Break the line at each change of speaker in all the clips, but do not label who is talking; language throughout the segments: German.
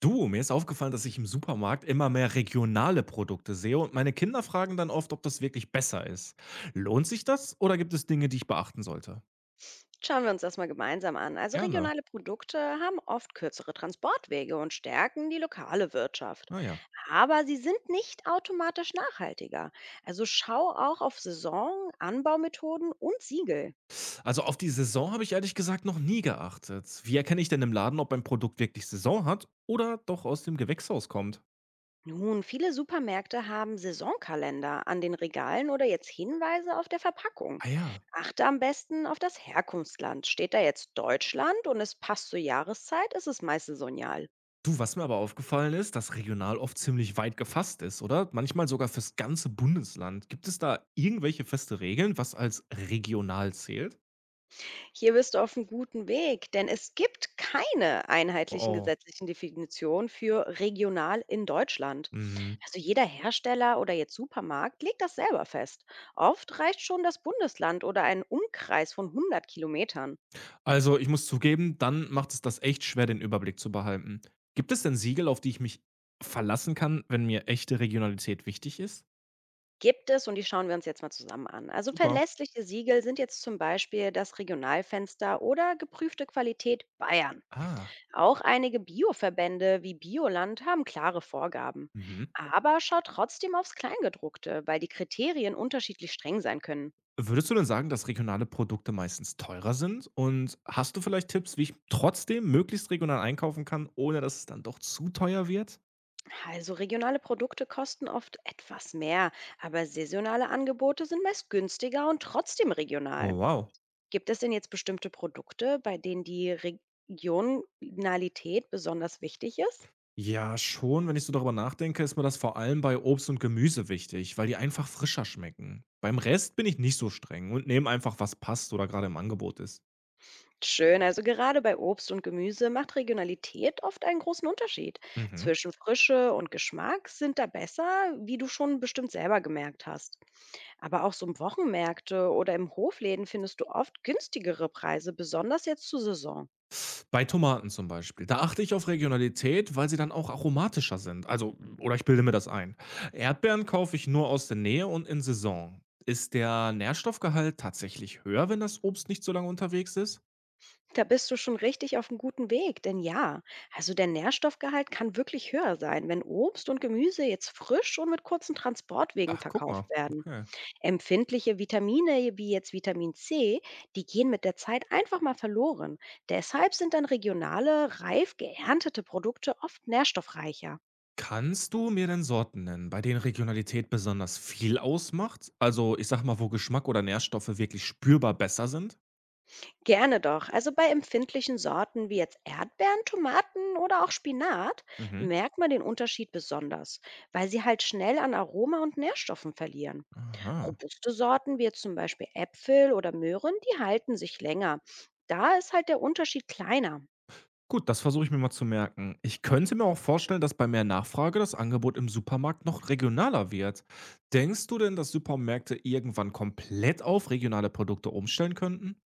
Du, mir ist aufgefallen, dass ich im Supermarkt immer mehr regionale Produkte sehe und meine Kinder fragen dann oft, ob das wirklich besser ist. Lohnt sich das oder gibt es Dinge, die ich beachten sollte?
Schauen wir uns das mal gemeinsam an. Also
Gerne.
regionale Produkte haben oft kürzere Transportwege und stärken die lokale Wirtschaft.
Naja.
Aber sie sind nicht automatisch nachhaltiger. Also schau auch auf Saison, Anbaumethoden und Siegel.
Also auf die Saison habe ich ehrlich gesagt noch nie geachtet. Wie erkenne ich denn im Laden, ob ein Produkt wirklich Saison hat oder doch aus dem Gewächshaus kommt?
Nun, viele Supermärkte haben Saisonkalender an den Regalen oder jetzt Hinweise auf der Verpackung.
Ah ja.
Achte am besten auf das Herkunftsland. Steht da jetzt Deutschland und es passt zur Jahreszeit, ist es meist saisonal.
Du, was mir aber aufgefallen ist, dass regional oft ziemlich weit gefasst ist, oder? Manchmal sogar fürs ganze Bundesland. Gibt es da irgendwelche feste Regeln, was als regional zählt?
Hier bist du auf einem guten Weg, denn es gibt keine einheitlichen
Oh.
gesetzlichen Definitionen für regional in Deutschland.
Mhm.
Also jeder Hersteller oder jetzt Supermarkt legt das selber fest. Oft reicht schon das Bundesland oder ein Umkreis von 100 Kilometern.
Also, ich muss zugeben, dann macht es das echt schwer, den Überblick zu behalten. Gibt es denn Siegel, auf die ich mich verlassen kann, wenn mir echte Regionalität wichtig ist?
Gibt es, und die schauen wir uns jetzt mal zusammen an. Also
Super.
verlässliche Siegel sind jetzt zum Beispiel das Regionalfenster oder geprüfte Qualität Bayern.
Ah,
Auch einige Bioverbände wie Bioland haben klare Vorgaben.
mhm.
Aber schaut trotzdem aufs Kleingedruckte, weil die Kriterien unterschiedlich streng sein können.
Würdest du denn sagen, dass regionale Produkte meistens teurer sind? Und hast du vielleicht Tipps, wie ich trotzdem möglichst regional einkaufen kann, ohne dass es dann doch zu teuer wird?
Also regionale Produkte kosten oft etwas mehr, aber saisonale Angebote sind meist günstiger und trotzdem
Oh,
regional.
wow.
Gibt es denn jetzt bestimmte Produkte, bei denen die Regionalität besonders wichtig ist?
Ja, schon. Wenn ich so darüber nachdenke, ist mir das vor allem bei Obst und Gemüse wichtig, weil die einfach frischer schmecken. Beim Rest bin ich nicht so streng und nehme einfach, was passt oder gerade im Angebot ist.
Schön, also gerade bei Obst und Gemüse macht Regionalität oft einen großen Unterschied.
Mhm.
Zwischen Frische und Geschmack sind da besser, wie du schon bestimmt selber gemerkt hast. Aber auch so im Wochenmärkte oder im Hofläden findest du oft günstigere Preise, besonders jetzt zur Saison.
Bei Tomaten zum Beispiel. Da achte ich auf Regionalität, weil sie dann auch aromatischer sind. Also, oder ich bilde mir das ein. Erdbeeren kaufe ich nur aus der Nähe und in Saison. Ist der Nährstoffgehalt tatsächlich höher, wenn das Obst nicht so lange unterwegs ist?
Da bist du schon richtig auf einem guten Weg, denn ja, also der Nährstoffgehalt kann wirklich höher sein, wenn Obst und Gemüse jetzt frisch und mit kurzen Transportwegen
Ach, guck
verkauft
mal.
werden.
Okay.
Empfindliche Vitamine wie jetzt Vitamin C, die gehen mit der Zeit einfach mal verloren. Deshalb sind dann regionale, reif geerntete Produkte oft nährstoffreicher.
Kannst du mir denn Sorten nennen, bei denen Regionalität besonders viel ausmacht? Also, ich sag mal, wo Geschmack oder Nährstoffe wirklich spürbar besser sind?
Gerne doch. Also bei empfindlichen Sorten wie jetzt Erdbeeren, Tomaten oder auch Spinat
Mhm.
merkt man den Unterschied besonders, weil sie halt schnell an Aroma und Nährstoffen verlieren.
Aha.
Robuste Sorten wie jetzt zum Beispiel Äpfel oder Möhren, die halten sich länger. Da ist halt der Unterschied kleiner.
Gut, das versuche ich mir mal zu merken. Ich könnte mir auch vorstellen, dass bei mehr Nachfrage das Angebot im Supermarkt noch regionaler wird. Denkst du denn, dass Supermärkte irgendwann komplett auf regionale Produkte umstellen könnten?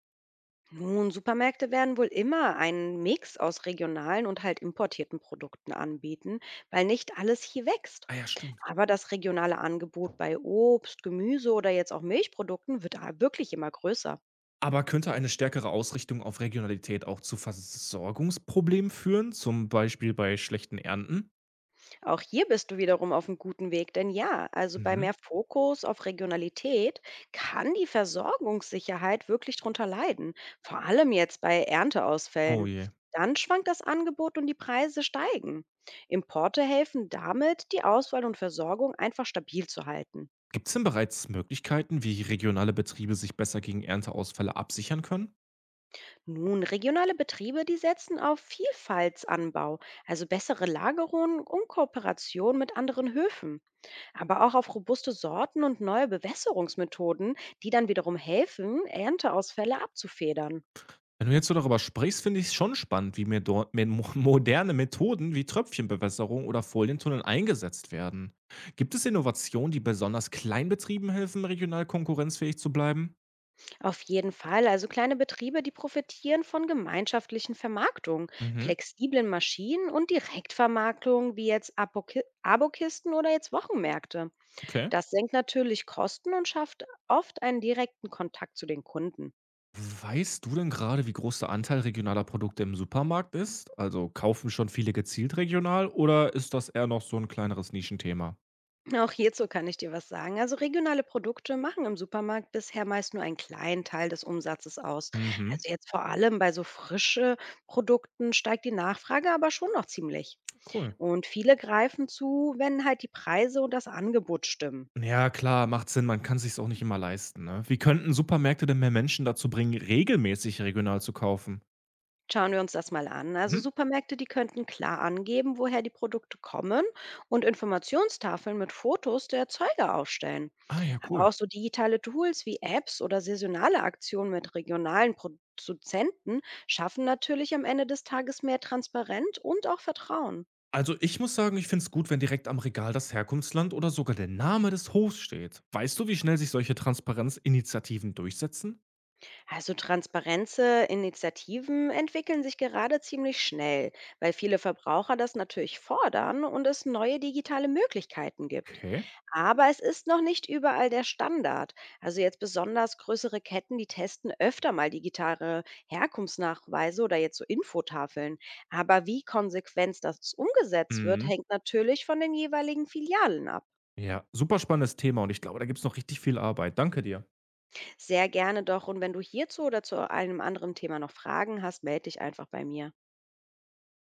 Nun, Supermärkte werden wohl immer einen Mix aus regionalen und halt importierten Produkten anbieten, weil nicht alles hier wächst.
Ah ja, stimmt.
Aber das regionale Angebot bei Obst, Gemüse oder jetzt auch Milchprodukten wird da wirklich immer größer.
Aber könnte eine stärkere Ausrichtung auf Regionalität auch zu Versorgungsproblemen führen, zum Beispiel bei schlechten Ernten?
Auch hier bist du wiederum auf 'm guten Weg, denn ja, also, bei
Mhm.
mehr Fokus auf Regionalität kann die Versorgungssicherheit wirklich drunter leiden, vor allem jetzt bei
Oh
Ernteausfällen.
je.
Dann schwankt das Angebot und die Preise steigen. Importe helfen damit, die Auswahl und Versorgung einfach stabil zu halten.
Gibt es denn bereits Möglichkeiten, wie regionale Betriebe sich besser gegen Ernteausfälle absichern können?
Nun, regionale Betriebe, die setzen auf Vielfaltsanbau, also bessere Lagerung und Kooperation mit anderen Höfen. Aber auch auf robuste Sorten und neue Bewässerungsmethoden, die dann wiederum helfen, Ernteausfälle abzufedern.
Wenn du jetzt so darüber sprichst, finde ich es schon spannend, wie mir dort mir mo moderne Methoden wie Tröpfchenbewässerung oder Folientunnel eingesetzt werden. Gibt es Innovationen, die besonders Kleinbetrieben helfen, regional konkurrenzfähig zu bleiben?
Auf jeden Fall, also kleine Betriebe, die profitieren von gemeinschaftlichen Vermarktungen,
Mhm,
flexiblen Maschinen und Direktvermarktungen wie jetzt Abokisten oder jetzt Wochenmärkte.
okay.
Das senkt natürlich Kosten und schafft oft einen direkten Kontakt zu den Kunden.
Weißt du denn gerade, wie groß der Anteil regionaler Produkte im Supermarkt ist? Also kaufen schon viele gezielt regional oder ist das eher noch so ein kleineres Nischenthema?
Auch hierzu kann ich dir was sagen. Also regionale Produkte machen im Supermarkt bisher meist nur einen kleinen Teil des Umsatzes aus.
Mhm,
Also jetzt vor allem bei so frische Produkten steigt die Nachfrage aber schon noch ziemlich.
cool.
Und viele greifen zu, wenn halt die Preise und das Angebot stimmen.
Ja, klar, macht Sinn. Man kann sich's auch nicht immer leisten, ne? Wie könnten Supermärkte denn mehr Menschen dazu bringen, regelmäßig regional zu kaufen?
Schauen wir uns das mal an. Also
Mhm.
Supermärkte, die könnten klar angeben, woher die Produkte kommen, und Informationstafeln mit Fotos der Erzeuger aufstellen.
Ah ja,
Aber
cool.
auch so digitale Tools wie Apps oder saisonale Aktionen mit regionalen Produzenten schaffen natürlich am Ende des Tages mehr Transparenz und auch Vertrauen.
Also ich muss sagen, ich find's gut, wenn direkt am Regal das Herkunftsland oder sogar der Name des Hofs steht. Weißt du, wie schnell sich solche Transparenzinitiativen durchsetzen?
Also Transparenz-Initiativen entwickeln sich gerade ziemlich schnell, weil viele Verbraucher das natürlich fordern und es neue digitale Möglichkeiten gibt.
Okay.
Aber es ist noch nicht überall der Standard. Also jetzt besonders größere Ketten, die testen öfter mal digitale Herkunftsnachweise oder jetzt so Infotafeln. Aber wie konsequent das umgesetzt wird,
Mhm.
hängt natürlich von den jeweiligen Filialen ab.
Ja, super spannendes Thema und ich glaube, da gibt's noch richtig viel Arbeit. Danke dir.
Sehr gerne doch. Und wenn du hierzu oder zu einem anderen Thema noch Fragen hast, melde dich einfach bei mir.